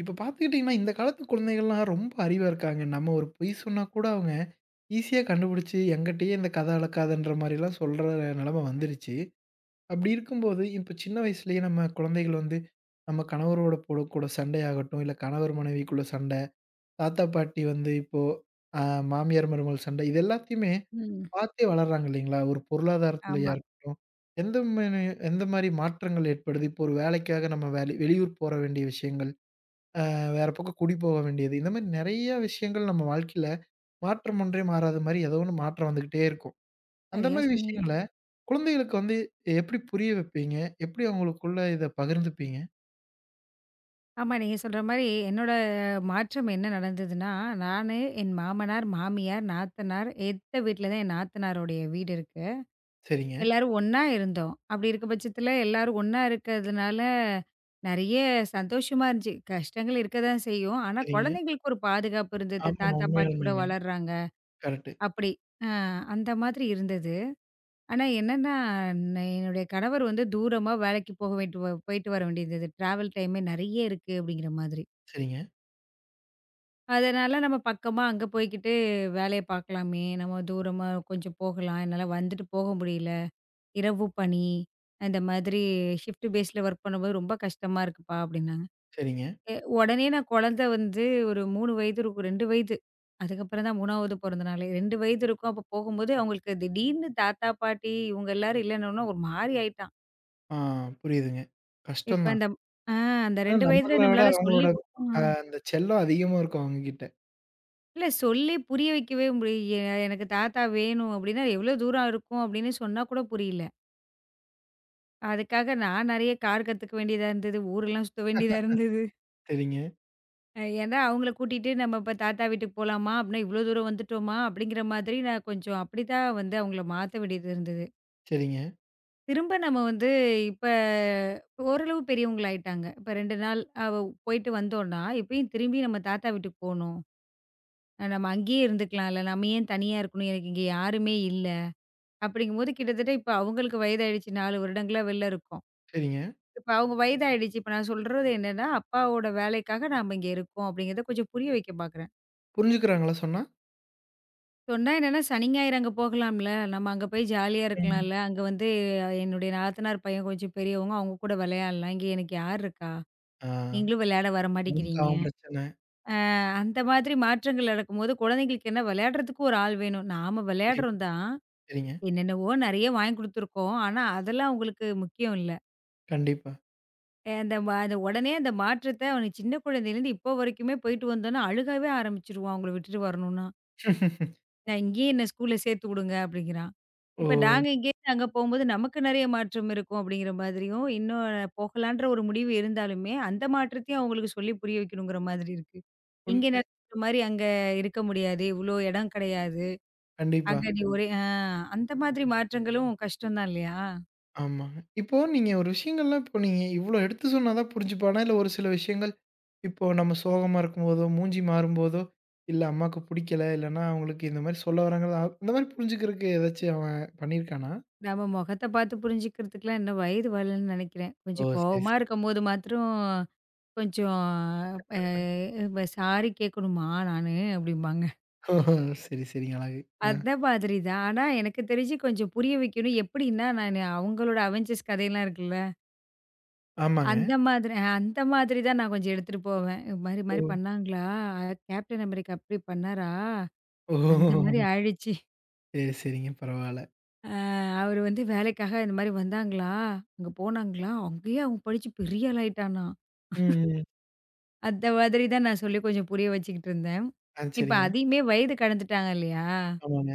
இப்ப பார்த்துக்கிட்டீங்கன்னா, இந்த காலத்து குழந்தைகள்லாம் ரொம்ப அறிவா இருக்காங்க. நம்ம ஒரு பொய் சொன்னா கூட அவங்க ஈஸியா கண்டுபிடிச்சு, என்கிட்டயே இந்த கதை அளக்காதன்ற மாரிலாம் சொல்ற நெலம வந்துருச்சு. அப்படி இருக்கும்போது, இப்ப சின்ன வயசுலயே நம்ம குழந்தைகள் வந்து, நம்ம கணவரோட கூட கூட சண்டையாகட்டும், இல்ல கணவர் மனைவிக்குள்ள சண்டை, தாத்தா பாட்டி வந்து இப்போ அ மாமியார் மருமகள் சண்டை, இது எல்லாத்தையுமே ம். பார்த்தே வளர்றாங்க இல்லைங்களா? ஒரு பொருளாதாரத்திலயா ஆமா. இருக்கட்டும், எந்த மேனு எந்த மாரி மாற்றங்கள் ஏற்படுது? இப்போ ஒரு வேலைக்காக நம்ம வேலை வெளியூர் போற வேண்டிய விஷயங்கள். வேற பக்கம் குடி போக வேண்டியது. இந்த மாரி நெறைய விஷயங்கள் நம்ம வாழ்க்கையில மாற்றம் ஒன்றே மாறாத மாரி ஏதோ ஒண்ணு மாற்றம் வந்துகிட்டே இருக்கும். அந்த சரியா மாரி சொன்னீங்க. விஷயங்கள குழந்தைகளுக்கு வந்து எப்படி புரிய வைப்பீங்க? எப்படி அவங்களுக்குள்ள இத பகிர்ந்துப்பீங்க? ஆமா நீங்க சொல்ற மாரி என்னோட மாற்றம் என்ன நடந்ததுன்னா, நானு, என் மாமனார், மாமியார், நாத்தனார் எதித்த வீட்ல தான் என் நாத்தனாருடைய வீடு இருக்கு. சரிங்க, எல்லாரும் ஒண்ணா இருந்தோம். அப்படி இருக்க பட்சத்தில எல்லாரும் ஒண்ணா இருக்கிறதுனால, நெறைய சந்தோஷமா இருந்துச்சு. கஷ்டங்கள் இருக்க தான் செய்யும். ஆனா சரிங்க. குழந்தைங்களுக்கு ஒரு பாதுகாப்பு இருந்தது. ஆமாமா. தாத்தா, பாட்டி கூட உண்மையாலுமேங்க. வளர்றாங்க. கரெக்ட்டு. அப்படி. அ அந்த மாதிரி இருந்தது. ஆனா என்னன்னா, என்னுடைய கணவர் வந்து தூரமா வேலைக்கு போக வேண்டி போயிட்டு வர வேண்டியது. டிராவல் டைமே நெறைய இருக்கு அப்படிங்கிற மாதிரி. சரிங்க, அதனால நம்ம பக்கமா அங்க போய்க்கிட்டு வேலைய பார்க்கலாமே, நம்ம தூரமா கொஞ்சம் போகலாம். என்னால வந்துட்டு போக முடியல. இரவு பணி, இந்த மாதிரி ஷிஃப்ட் பேஸ்ல ஒர்க் பண்ணும்போது ரொம்ப கஷ்டமா இருக்குப்பா அப்படின்னாங்க. சரிங்க. எ உடனே நான் குழந்தை வந்து ஒரு 3 வயது இருக்கும், 2 வயது. அதுக்கப்புறம் தான் 3வது பிறந்த நாளே. 2 வயது இருக்கும். அப்ப போகும்போது அவங்களுக்கு திடீர்னு தாத்தா, பாட்டி இவங்க எல்லாரும் இல்லன்னோன ஒரு மாரி ஆயிட்டாங்க. ஆ, புரியுதுங்க. இப்ப கஷ்டம் தான். இந்த ஆ அந்த ஏன்னா 2 நம்மள வயதுல விட நம்மளால சொல்லி அவங்களோட கு ஆ அந்த செல்லம் அதிகமா இருக்கும் அவங்ககிட்ட. இல்ல சொல்லி புரிய வைக்கவே முடிய எனக்கு தாத்தா வேணும் அப்டின்னா, எவ்ளோ தூரம் இருக்கும் அப்டின்னு சொன்னா கூட புரியல. அதுக்காக நான் நெறைய கார் கத்துக்க வேண்டியதா இருந்தது. ஊரெல்லாம் சுத்த வேண்டியதா இருந்தது. சரிங்க, ஏன்னா அவங்கள கூட்டிட்டு நம்ம இப்ப தாத்தா வீட்டுக்கு போலாமா? அப்டின்னா இவ்ளோ தூரம் வந்துட்டோமா? அப்டிங்கிற மாதிரி நான் கொஞ்சம் அப்டித்தான் வந்து அவங்கள மாத்த வேண்டியது இருந்தது. சரிங்க, திரும்ப நம்ம வந்து இப்ப ஓரளவு பெரியவங்களாயிட்டாங்க. இப்ப 2 நாள் அவ போயிட்டு வந்தோம்னா, இப்பயும் திரும்பி நம்ம தாத்தா வீட்டுக்கு போணும். நம்ம அங்கேயே இருந்துக்கலாம்ல. நம்ம ஏன் தனியா இருக்கணும்? எனக்கு இங்க யாருமே இல்ல. அப்படிங்கும்போது கிட்டத்தட்ட இப்ப அவங்களுக்கு வயதாயிடுச்சு. 4 வருடங்களா வெளில இருக்கோம். சரிங்க. இப்ப அவங்க வயதாயிடுச்சு. இப்ப நான் சொல்றது என்னன்னா, அப்பாவோட வேலைக்காக நாம இங்க இருக்கோம் அப்படிங்கிறத கொஞ்சம் புரிய வைக்க பார்க்குறேன். புரிஞ்சுக்கிறாங்களா சொன்னா? சொன்னா என்னன்னா, சனி, ஞாயிறு அங்க போகலாம்ல. நம்ம அங்க போய் ஜாலியா ம். இருக்கலாம்ல. அங்க வந்து என்னுடைய நாத்தனார் பையன் கொஞ்சம் பெரியவங்க. அவங்க கூட விளையாடலாம். இங்க எனக்கு யார் இருக்கா? ஆ, நீங்களும் விளையாட வர அவனுக்கு மாட்டேங்கிறீங்க. அவன் பிரச்சனை. அந்த மாதிரி மாற்றங்கள் நடக்கும்போது, குழந்தைங்களுக்கு என்ன விளையாடுறதுக்கு ஒரு ஆள் வேணும். நாம கண்டிப்பா. விளையாடுறோம் தான். சரிங்க. என்னென்னவோ நெறைய வாங்கி குடுத்துருக்கோம். ஆனா, அதெல்லாம் அவங்களுக்கு முக்கியம் இல்ல. கண்டிப்பா. அ அந்த ம அந்த உடனே அந்த மாற்றத்த அவனுக்கு சின்ன குழந்தையிலேருந்து இப்போ வரைக்குமே போயிட்டு வந்தோன்னா, அழுகவே ஆரம்பிச்சுருவான் அவங்கள விட்டுட்டு வரணும்னா. நான் இங்கேயே என்ன ஸ்கூல்ல சேர்த்து விடுங்க அப்படிங்கிறான். ஓ! இப்ப நாங்க இங்கேருந்து அங்க போம்போது நமக்கு நெறைய மாற்றம் இருக்கும் அப்படிங்கிற மாதிரியும், இன்னும் போகலான்ற ஒரு முடிவு இருந்தாலுமே, அந்த மாற்றத்தையும் அவங்களுக்கு சொல்லி புரிய வைக்கணுங்கிற மாதிரி இருக்கு. உண் இங்க அ நடக்கிற மாரி அங்க இருக்க முடியாது. இவ்ளோ இடம் கிடையாது. கண்டிப்பா. அங்க நீ ஒரே ஆ அந்த மாதிரி மாற்றங்களும் கஷ்டம் தான் இல்லையா? ஆமாங்க. இப்போ நீங்க ஒரு விஷயங்கள்லாம் இப்போ நீங்க இவ்ளோ எடுத்து சொன்னா தான் புரிஞ்சுப்பானா? இல்ல ஒரு சில விஷயங்கள், இப்போ நம்ம சோகமா இருக்கும்போதோ, மூஞ்சி மாறும்போதோ, இல்ல அம்மாக்கு புடிக்கல, இல்லன்னா அவங்களுக்கு இந்த மாரி சொல்ல வராங்கன்னு இந்த மாரி புரிஞ்சுக்கிறதுக்கு ஏதாச்சும் அவன் பண்ணியிருக்கானா? நம்ம முகத்த பார்த்து புரிஞ்சுக்கிறதுக்குலாம் இன்னும் வயது வரலன்னு நினைக்கிறேன். ஓ! கொஞ்சம் சரி, கோவமா சரி. இருக்கும்போது மாத்திரம் கொஞ்சம் அ "இப்ப சாரி கேட்கணுமா நானு?" அப்படிம்பாங்க. ஓஹோ! சரி, சரிங்க. அழகு. ஆ. அந்த மாதிரி தான். ஆனா எனக்கு தெரிஞ்சு கொஞ்சம் புரிய வைக்கணும். எப்படின்னா, நானு அவங்களோட அவெஞ்சர்ஸ் கதையெல்லாம் இருக்குல்ல, ஆமாங்க. அந்த மாதிரி தான் நான் கொஞ்சம் எடுத்துட்டு போவேன். "இது மாரி ஓ! மாரி பண்ணாங்களா? கேப்டன் அமெரிக்கா அப்படி பண்ணாரா? ஓஹோ! அந்த மாரி ஆயிடுச்சு. சரி, சரிங்க. பரவால்ல. அ அவரு வந்து வேலைக்காக இந்த மாரி வந்தாங்களா? அங்க போனாங்களா? அங்கேயே அவன் படிச்சு பெரிய ஆள் ஆயிட்டானா?" ம், ம். அந்த மாதிரி தான் நான் சொல்லி கொஞ்சம் புரிய வச்சுக்கிட்டு இருந்தேன். ஆ, இப்ப சரிங்க. அதையுமே வயது கடந்துட்டாங்க இல்லையா? ஆமாங்க.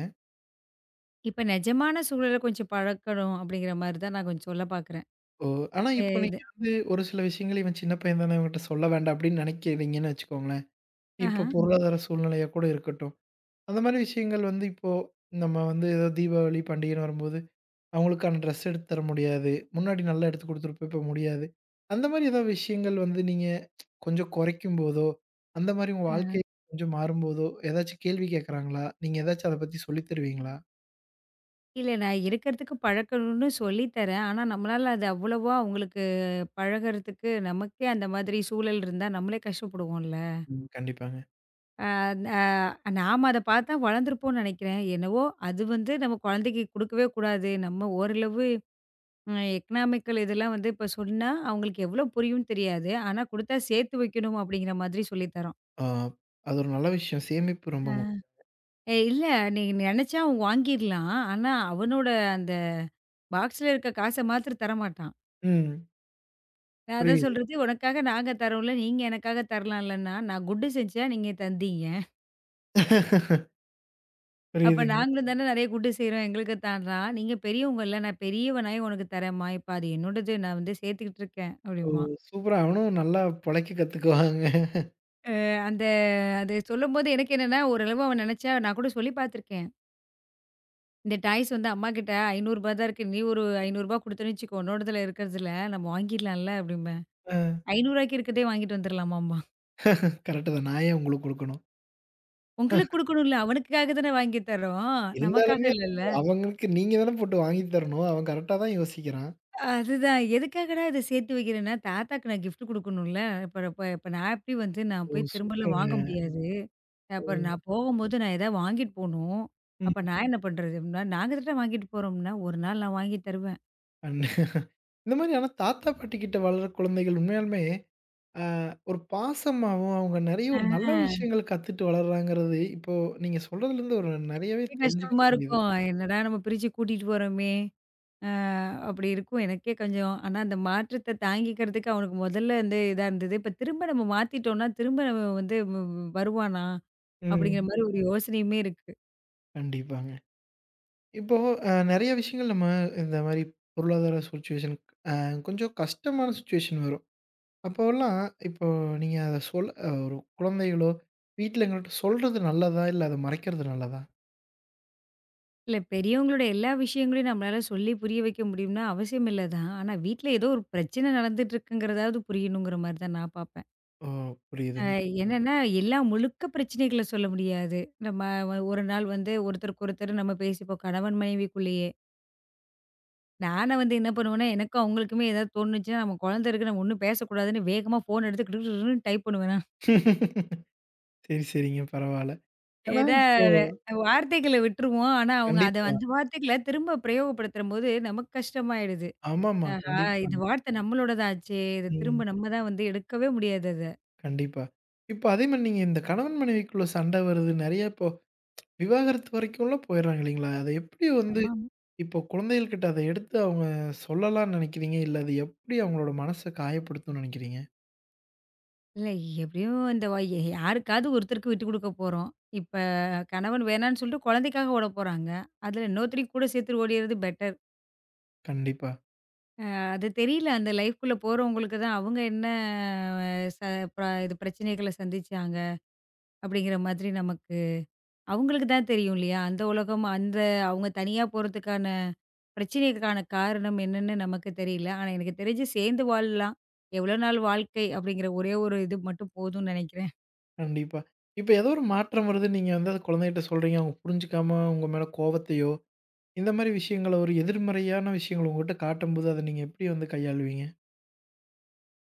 இப்ப நிஜமான சூழல கொஞ்சம் பழக்கணும் அப்படிங்கிற மாரி தான் நான் கொஞ்சம் சொல்ல பார்க்குறேன். ஓ! ஆனா எ இப்போ இது நீங்க வந்து ஒரு சில விஷயங்கள் இவன் சின்ன பையன் தானே இவன்கிட்ட சொல்ல வேண்டாம் அப்படின்னு நினைக்கிறீங்கன்னு வச்சுக்கோங்களேன். இப்போ ஆஹா. ம். பொருளாதார சூழ்நிலையா கூட இருக்கட்டும். அந்த மாரி விஷயங்கள் வந்து இப்போ நம்ம வந்து ஏதோ தீபாவளி பண்டிகைன்னு வரும்போது, அவங்களுக்கான ட்ரெஸ் எடுத்து தர முடியாது. முன்னாடி நல்லா எடுத்து குடுத்துருப்போம், இப்போ முடியாது. அந்த மாரி ஏதாவது விஷயங்கள் வந்து நீங்க கொஞ்சம் குறைக்கும்போதோ, அந்த மாரி உங்க வாழ்க்கை கொஞ்சம் மாறும்போதோ, ஏதாச்சும் கேள்வி கேட்கறாங்களா? நீங்க ஏதாச்சும் அத பத்தி சொல்லி தருவீங்களா? இல்ல நான் இருக்கிறதுக்கு பழக்கணும்னு சொல்லி தரேன். ஆனா நம்மளால அது அவ்வளவா அவங்களுக்கு பழகுறதுக்கு நமக்கே அந்த மாதிரி சூழல் இருந்தா நம்மளே கஷ்டப்படுவோம்ல. ம். கண்டிப்பாங்க. அந்த அ நாம அத பார்த்தா வளர்ந்துருப்போம்னு நினைக்கிறேன். என்னவோ அது வந்து நம்ம குழந்தைக்கு குடுக்கவே கூடாது. நம்ம ஓரளவு எக்கனாமிக்கல் இதெல்லாம் வந்து இப்ப சொன்னா, அவங்களுக்கு எவ்ளோ புரியும்னு தெரியாது. ஆனா குடுத்தா சேர்த்து வைக்கணும் அப்படிங்கிற மாதிரி சொல்லி தரோம். ஆ, அது ஒரு நல்ல விஷயம். சேமிப்பு ரொம்ப அ. முக்கியம். "ஏ இல்ல நீ நெனச்சா அவன் வாங்கிர்லாம். ஆனா அவனோட அந்த பாக்ஸ்ல இருக்க காச மாத்திரம் தரமாட்டான்." ம். நான் அதான் புரியுது. சொல்றது, "உனக்காக நாங்க தரோம்ல, நீங்க எனக்காக தரலாம்லன்னா, நான் குட்டு செஞ்சா நீங்க தந்தீங்க. அப்ப புரியுதுங்க. நாங்களும் தானே நெறைய குட்டு செய்றோம். எங்களுக்கு தான்டா. நீங்க பெரியவங்கல்ல, நான் பெரியவனாயி உனக்கு தரேம்மா. இப்ப அது என்னோடது. நான் வந்து சேர்த்துக்கிட்டு இருக்கேன்." ஓ! அப்படிம்பான். சூப்பரா அவனும் நல்லா பொழைக்க கத்துக்குவாங்க. அந்த அது சொல்லும்போது எனக்கு என்னன்னா, ஓரளவு அவன் நெனச்சா நான் கூட சொல்லி பார்த்துருக்கேன். இந்த டாய்ஸ் வந்து அம்மாகிட்ட ரூ. 500 தான் இருக்கு. நீ ஒரு ரூ. 500 குடுத்தேன்னு வச்சுக்கோ, உன்னோடதுல இருக்கிறதுல நம்ம வாங்கிடலாம்ல அப்படிம்பேன். ஆ. ரூ. 500க்கு இருக்கிறதே வாங்கிட்டு வந்துரலாமாம்பா. கரெக்ட்டு தான். நான் ஏன் உங்களுக்கு குடுக்கணும்? உங்களுக்கு குடுக்கணும்ல, அவனுக்காக தானே வாங்கி தர்றோம். நமக்காக இருந்தாலுமே இல்லல்ல. அவங்களுக்கு நீங்க தானே போட்டு வாங்கி தரணும். அவன் கரெக்ட்டா தான் யோசிக்கிறான். அதுதான் எதுக்காகடா இத சேர்த்து வைக்கிறேன்னா, தாத்தாக்கு நான் கிஃப்ட் குடுக்கணும்ல. இப்ப இப்ப இப்ப நான் எப்படி வந்து நான் ஓ! போய் திரும்பலாம் வாங்க சூப்பருங்க. முடியாது. அப்புறம் ம். நான் போகும்போது நான் ஏதாவது வாங்கிட்டு போணும். அப்ப ம். நான் என்ன பண்றது? அப்படின்னா, நாங்க தானே வாங்கிட்டு போறோம்னா, ஒரு நாள் நான் வாங்கி தருவேன். அண்ணே இந்த மாரி ஆனா தாத்தா, பாட்டி கிட்ட வளர்ற குழந்தைகள் உண்மையாலுமே அ ஒரு பாசமாவும், அவங்க நெறைய ஒரு நல்ல ஆ. விஷயங்கள் கத்துட்டு வளர்றாங்கிறது, இப்போ நீங்க சொல்றதுலருந்து ஒரு நெறையவே தெரிஞ்சுக்க கஷ்டமா முடியுது. இருக்கும். என்னடா நம்ம பிரிச்சு கூட்டிட்டு போறோமே! அ அப்படி இருக்கும். எனக்கே கொஞ்சம் ஆனா அந்த மாற்றத்த தாங்கிக்கிறதுக்கு அவனுக்கு முதல்ல வந்து இதா இருந்தது. இப்ப திரும்ப நம்ம மாத்திட்டோம்னா, திரும்ப நம்ம வந்து வ் வ் வருவானா? அப்படிங்கிற ம். மாரி ஒரு யோசனையுமே இருக்கு. கண்டிப்பாங்க. இப்போ நெறைய விஷயங்கள் நம்ம இந்த மாரி பொருளாதார சுச்சுவேஷன் அ கொஞ்சம் கஷ்டமான சுச்சுவேஷன் வரும். அப்போலாம் இப்போ நீங்க அத சொல் அ ஒரு குழந்தைகளோ, வீட்ல எங்கள்ட்ட சொல்றது நல்லதா? இல்ல அத மறைக்கிறது நல்லதா? இல்ல பெரியவங்களோட எல்லா விஷயங்களையும் நம்மளால சொல்லி புரிய வைக்க முடியும்னா அவசியம் இல்ல தான். ஆனா வீட்ல ஏதோ ஒரு பிரச்சனை நடந்துட்டு இருக்குங்கிறதாவது புரியணுங்கிற மாரி தான் நான் பார்ப்பேன். ஓ! அ புரியுதுங்க. என்னன்னா, எல்லா முழுக்க பிரச்சனைகள சொல்ல முடியாது. நம்ம ஒரு நாள் வந்து ஒருத்தருக்கு ஒருத்தர் நம்ம பேசிப்போம் கணவன் மனைவிக்குள்ளேயே. நானா வந்து என்ன பண்ணுவேன்னா, எனக்கும் அவங்களுக்குமே ஏதாவது தோணுச்சுன்னா, நம்ம குழந்தை இருக்கு நம்ம ஒண்ணும் பேசக்கூடாதுன்னு வேகமா ஃபோன் எடுத்து கிடு கிடுன்னு டைப் பண்ணுவேன் நான். சரி, சரிங்க. பரவால்ல. ஏன்னா ஏதா இப்போ வார்த்தைகள விட்டுருவோம். ஆனா அவங்க அத கண்டிப்பா. அந்த வார்த்தைகள திரும்ப பிரயோகப்படுத்தும்போது நமக்கு கஷ்டமாயிடுது. ஆமாமா. ஆஹா! இந்த கண்டிப்பாங்க. வார்த்தை நம்மளோடதாச்சே! இத ம். திரும்ப நம்ம தான் வந்து எடுக்கவே முடியாது அத. கண்டிப்பா. இப்போ அதே மாரி நீங்க இந்த கணவன் மனைவிக்குள்ள சண்டை வருது. நெறைய இப்போ விவாகரத்து வரைக்கும்லாம் போயிடுறாங்க இல்லைங்களா? அத எப்படி வந்து ஆமாமா. இப்போ குழந்தைகள் கிட்ட அத எடுத்து அவங்க சொல்லலாம்னு நெனைக்கிறீங்க? இல்ல அது எப்படி அவங்களோட மனச காயப்படுத்தும்னு நெனைக்கிறீங்க? இல்ல எப்படியும் இந்த வ யாருக்காவது ஒருத்தருக்கு விட்டு குடுக்க போறோம். இப்ப கணவன் வேணான்னு சொல்லிட்டு குழந்தைக்காக ஓட போறாங்க. அதுல இன்னொருத்தரையும் கூட சேர்த்து ஓடிறது கண்டிப்பா. அது தெரியல. அந்த லைஃப்குள்ள போறவங்களுக்கு தான் அவங்க என்ன ச ப இது பிரச்சனைகள சந்திச்சாங்க, அப்படிங்கிற மாதிரி நமக்கு அவங்களுக்கு தான் தெரியும் இல்லையா? அந்த உலகம் அந்த அவங்க தனியா போறதுக்கான பிரச்சனைக்கான காரணம் என்னன்னு நமக்கு தெரியல. ஆனா எனக்கு தெரிஞ்சு சேர்ந்து வாழலாம். எவ்வளோ நாள் வாழ்க்கை அப்படிங்கிற ஒரே ஒரு இது மட்டும் போதும்னு நெனைக்கிறேன். கண்டிப்பா. இப்ப ஏதோ ஒரு மாற்றம் வருது. நீங்க வந்து அத குழந்தைகிட்ட சொல்றீங்க. அவங்க புரிஞ்சுக்காம உங்க மேல கோவத்தையோ, இந்த மாரி விஷயங்கள ஒரு எதிர்மறையான விஷயங்கள உங்ககிட்ட காட்டும்போது, அத நீங்க எப்படி வந்து கையாளுவீங்க?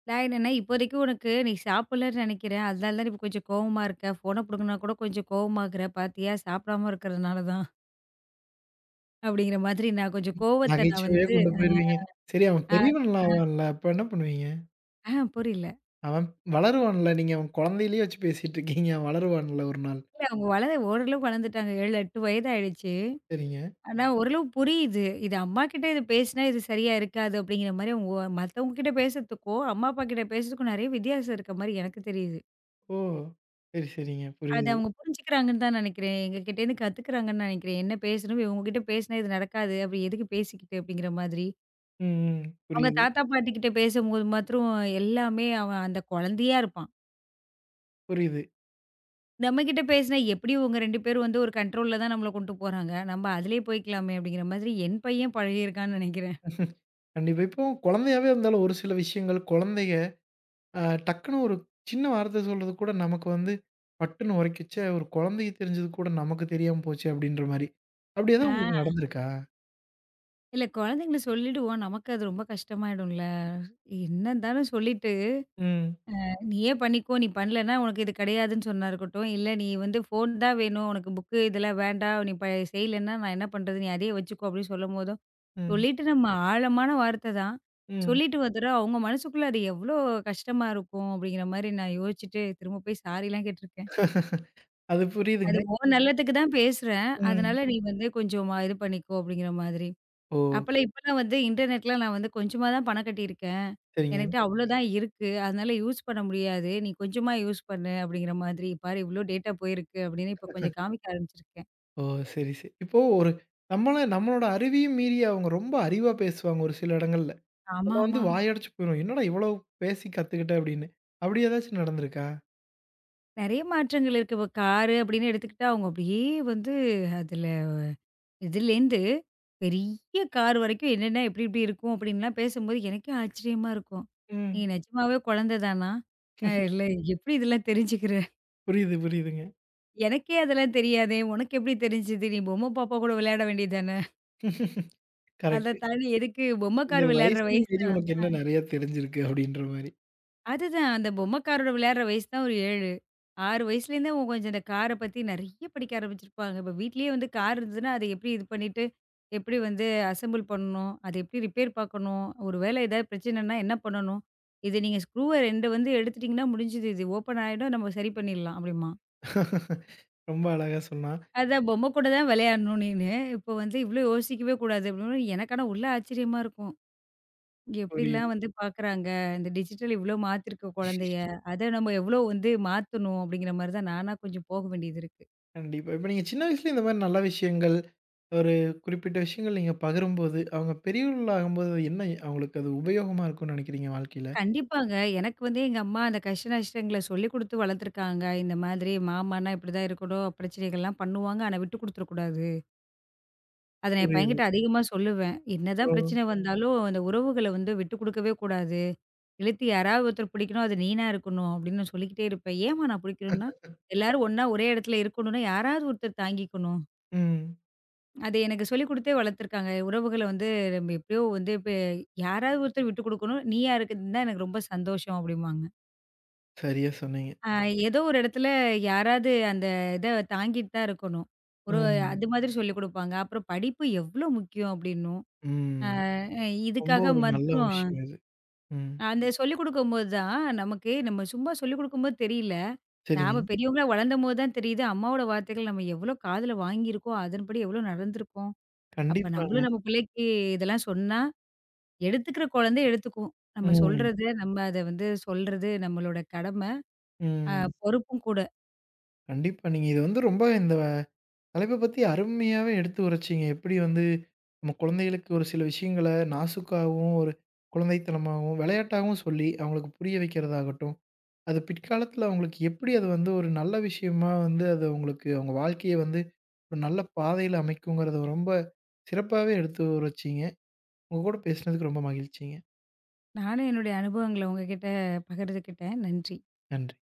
நான் என்னன்னா, இப்போதைக்கு உனக்கு நீ சாப்பிடலன்னு நெனைக்கிறேன். அதனால தான் நீ இப்ப கொஞ்சம் கோவமா இருக்க. ஃபோன புடுங்குனா கூட கொஞ்சம் கோவமாகுற. பாத்தியா சாப்பிடாம இருக்கிறதுனால தான். அப்படிங்கிற மாதிரி நான் கொஞ்சம் கோவத்த நான் நகைச்சுவையா வந்து கொண்டு போயிருவீங்க. சரி அவன் அ பெரியவன்ல ஆவான்ல, அப்ப என்ன பண்ணுவீங்க? ஆஹ புரியல. அவன் வளருவான்ல. நீங்க அவன் குழந்தையிலயே வச்சு பேசிட்டு இருக்கீங்க. அவன் வளருவான்ல ஒரு நாள். இல்ல அவங்க வளர ஓரளவு வளர்ந்துட்டாங்க. 7, 8 வயதாயிடுச்சு. சரிங்க. ஆனா ஓரளவு புரியுது. இது அம்மாகிட்ட இது பேசினா இது சரியா இருக்காது அப்படிங்கிற மாரி அவங்க மத்தவங்க கிட்ட பேசுறதுக்கும், அம்மா அப்பா கிட்ட பேசுறதுக்கும் நெறைய வித்தியாசம் இருக்க மாரி எனக்கு தெரியுது. ஓ! சரி, சரிங்க. அத புரியுது. அவங்க புரிஞ்சுக்கிறாங்கன்னு தான் நெனைக்கிறேன். எங்க கிட்டேருந்து கத்துக்கிறாங்கன்னு நெனைக்கிறேன். என்ன பேசணும் இவங்ககிட்ட பேசினா இது நடக்காது. அப்படி எதுக்கு பேசிக்கிட்டு அப்படிங்கிற மாதிரி. ம், ம். அவங்க புரியுது, தாத்தா பாட்டி கிட்ட பேசும்போது மாத்திரம் எல்லாமே அவன் அந்த குழந்தையா இருப்பான். புரியுது. நம்மகிட்ட பேசினா எப்படியும் உங்க 2 பேரும் வந்து ஒரு கண்ட்ரோல்ல தான் நம்மள கொண்டு போறாங்க. நம்ம அதிலயே போய்க்கலாமே அப்படிங்கிற மாதிரி என் பையன் பழகியிருக்கான்னு நெனைக்கிறேன். கண்டிப்பா. இப்போ குழந்தையாவே இருந்தாலும் ஒரு சில விஷயங்கள் குழந்தைக அ டக்குன்னு ஒரு சின்ன வார்த்தை சொல்றது கூட நமக்கு வந்து பட்டுன்னு உரைக்கிச்சே, ஒரு குழந்தைக்கு தெரிஞ்சது கூட நமக்கு தெரியாம போச்சே அப்டின்ற மாரி. அப்டி ஆ எதுவும் உங்களுக்கு நடந்திருக்கா? இல்ல குழந்தைங்கள சொல்லிடுவோம். நமக்கு அது ரொம்ப கஷ்டமாயிடும்ல. என்ன இருந்தாலும் சொல்லிட்டு ம், நீயே பண்ணிக்கோ, நீ பண்ணலன்னா உனக்கு இது கிடையாதுன்னு சொன்னா இருக்கட்டும். இல்ல நீ வந்து ஃபோன் தான் வேணும், உனக்கு புக்கு இதெல்லாம் வேண்டாம், நீ ப செய்யலன்னா நான் என்ன பண்றது? நீ அதையே வச்சுக்கோ அப்படின்னு சொல்லும்போதும், ம், சொல்லிட்டு நம்ம ஆழமான வார்த்தை தான். ம். சொல்லிட்டு வந்துட்டா அவங்க மனசுக்குள்ள அது எவ்வளோ கஷ்டமா இருக்கும் அப்படிங்கிற மாரி நான் யோசிச்சுட்டு திரும்ப போய் சாரிலாம் கேட்டிருக்கேன். அது அது புரியுதுங்க. உன் நல்லதுக்கு தான் பேசுறேன். ம். அதனால நீ ம். வந்து கொஞ்சம் இது பண்ணிக்கோ அப்படிங்கிற மாதிரி. ஓ! அப்பலாம் இப்பலாம் வந்து இன்டர்நெட்லாம் நான் வந்து கொஞ்சமா தான் பணம் கட்டியிருக்கேன். சரிங்க. என்கிட்ட அவ்வளோதான் இருக்கு. அதனால யூஸ் பண்ண முடியாது. நீ கொஞ்சமா யூஸ் பண்ணு அப்படிங்கிற மாதிரி. பாரு இவ்ளோ டேட்டா போயிருக்கு அப்படின்னு இப்ப கொஞ்சம் காமிக்க ஆரம்பிச்சிருக்கேன். ஓ! சரி, சரி. இப்போ ஒரு நம்மள நம்மளோட அறிவையும் மீறி அவங்க ரொம்ப அறிவா பேசுவாங்க ஒரு சில இடங்கள்ல. நம்ம வந்து ஆமாமா. வாயடைச்சு போயிரும். என்னடா இவ்வளோ பேசி கத்துக்கிட்ட அப்டின்னு. அப்டி ஏதாச்சும் நடந்திருக்கா? நெறைய மாற்றங்கள் இருக்கு. இப்ப காரு அப்படின்னு எடுத்துக்கிட்டா அவங்க அப்படியே வந்து அதுல இதுலேருந்து பெரிய கார் வரைக்கும் என்னென்ன எப்படி எப்படி இருக்கும் அப்படின்லாம் பேசும்போது எனக்கே ஆச்சரியமா இருக்கும். நீ ம். நிஜமாவே குழந்தை தானா? இல்ல எப்படி இதெல்லாம் தெரிஞ்சுக்கிற? புரியுது, புரியுதுங்க. எனக்கே அதெல்லாம் தெரியாதே! உனக்கு எப்படி தெரிஞ்சுது? நீ பொம்மை பாப்பா கூட விளையாட வேண்டியது தானே! அத கரெக்ட். தாண்டி எதுக்கு பொம்மை இந்த கார் விளையாடுற வயசையும் வயசு மீறி உனக்கு என்ன நெறைய தெரிஞ்சிருக்கு அப்டின்ற மாரி. அதுதான். அந்த பொம்மைக்காரோட விளையாடுற வயசு தான் ஒரு 7. 6 வயசுலேருந்தே அவங்க கொஞ்சம் இந்த கார பத்தி நெறைய படிக்க ஆரம்பிச்சிருப்பாங்க. இப்ப வீட்லயே வந்து கார் இருந்ததுன்னா, அத எப்படி இது பண்ணிட்டு, எப்படி வந்து அசெம்பிள் பண்ணணும்? அத எப்படி ரிப்பேர் பார்க்கணும்? ஒரு வேளை ஏதாவது பிரச்சனைன்னா என்ன பண்ணணும்? இது நீங்க ஸ்க்ரூவ 2 வந்து எடுத்துட்டீங்கன்னா முடிஞ்சுது. இது ஓப்பன் ஆயிடும். நம்ம சரி பண்ணிடலாம் அப்படிம்பான். ரொம்ப அழகா சொன்னா. அதான் பொம்மை கூட தான் விளையாடணும் நீனு. இப்போ வந்து இவ்ளோ யோசிக்கவே கூடாது அப்படின்னு. எனக்கு ஆனா உள்ள ஆச்சரியமா இருக்கும். புரியுது. எப்படிலாம் வந்து பார்க்குறாங்க. இந்த டிஜிட்டல் இவ்ளோ மாத்திருக்கு குழந்தைய. அத நம்ம எவ்ளோ வந்து மாத்தணும் அப்படிங்கிற மாரி தான் நானா கொஞ்சம் போக வேண்டியது இருக்கு. கண்டிப்பா. இப்ப நீங்க சின்ன வயசுல இந்த மாரி நல்ல விஷயங்கள், ஒரு குறிப்பிட்ட விஷயங்கள் நீங்க பகிரும்போது, அவங்க பெரியவர்கள் ஆகும்போது அது என்ன அவங்களுக்கு அது உபயோகமா இருக்கும்னு நெனைக்கிறீங்க வாழ்க்கையில? கண்டிப்பாங்க. எனக்கு வந்து எங்க அம்மா அந்த கஷ்ட நஷ்டங்கள சொல்லிக் குடுத்து வளர்த்துருக்காங்க. இந்த மாதிரி மாமான்னா இப்படிதான் இருக்கணும். பிரச்சனைகள்லாம் பண்ணுவாங்க. ஆனா விட்டு குடுத்துறக்கூடாது. அத நான் என் புரியுது. பையன்கிட்ட அதிகமா சொல்லுவேன். ஓ! என்னதான் பிரச்சனை வந்தாலும் அந்த உறவுகள வந்து விட்டு குடுக்கவே கூடாது. இழுத்து யாராவது ஒருத்தர் பிடிக்கணும் அது நீனா இருக்கணும் அப்படின்னு நான் சொல்லிக்கிட்டே இருப்பேன். ஏம்மா நான் பிடிக்கணும்னா, எல்லாரும் ஒண்ணா ஒரே இடத்துல இருக்கணும்னா யாராவது ஒருத்தர் தாங்கிக்கணும். ம். அது எனக்கு சொல்லிக் குடுத்தே வளர்த்துருக்காங்க. உறவுகள வந்து நம்ம எப்படியோ வந்து இப்ப யாராவது ஒருத்தர் விட்டு குடுக்கணும். நீ யாருக்குன்னு தான் எனக்கு ரொம்ப சந்தோஷம் அப்படிம்பாங்க. சரியா சொன்னீங்க. அ ஏதோ ஒரு இடத்துல யாராவது அந்த இத தாங்கிட்டு தான் இருக்கணும். ஒரு ம். அது மாதிரி சொல்லிக் குடுப்பாங்க. அப்புறம் படிப்பு எவ்ளோ முக்கியம் அப்படின்னும். ம். அ ரொம்ப இதுக்காக ஒரு நல்ல மற்றும் விஷயம் இது. ம். அந்த சொல்லிக் குடுக்கும்போது தான் நமக்கு நம்ம சும்மா சொல்லிக் குடுக்கும்போது தெரியல. சரிங்க. நாம பெரியவங்களா வளர்ந்தபோது தான் தெரியுது. அம்மாவோட வார்த்தைகள் நம்ம எவ்வளோ காதுல வாங்கியிருக்கோம். அதன்படி எவ்வளோ நடந்திருக்கோம். அப்ப கண்டிப்பாங்க. நம்மளும் நம்ம பிள்ளைக்கு இதெல்லாம் சொன்னா எடுத்துக்கிற குழந்தை எடுத்துக்கும். நம்ம ம். சொல்றது, நம்ம அத வந்து சொல்றது நம்மளோட கடமை, ம். பொறுப்பும் கூட. கண்டிப்பா. நீங்க இத வந்து ரொம்ப இந்த தலைப்ப பத்தி அருமையாவே எடுத்து உரைச்சீங்க. எப்படி வந்து நம்ம குழந்தைகளுக்கு ஒரு சில விஷயங்கள நாசூக்காகவும், ஒரு குழந்தைத்தனமாகவும், விளையாட்டாகவும் சொல்லி அவங்களுக்கு புரிய வைக்கிறதாகட்டும், அது பிற்காலத்தில அவங்களுக்கு எப்படி அது வந்து ஒரு நல்ல விஷயமா வந்து அது அவங்களுக்கு அவங்க வாழ்க்கைய வந்து ஒரு நல்ல பாதையில அமைக்குங்கிறத ரொம்ப சிறப்பாவே எடுத்து உரைச்சீங்க. உங்க கூட பேசினதுக்கு ரொம்ப மகிழ்ச்சிங்க. நானும் என்னுடைய அனுபவங்கள உங்ககிட்ட பகிர்ந்துக்கிட்டேன். நன்றி. நன்றி.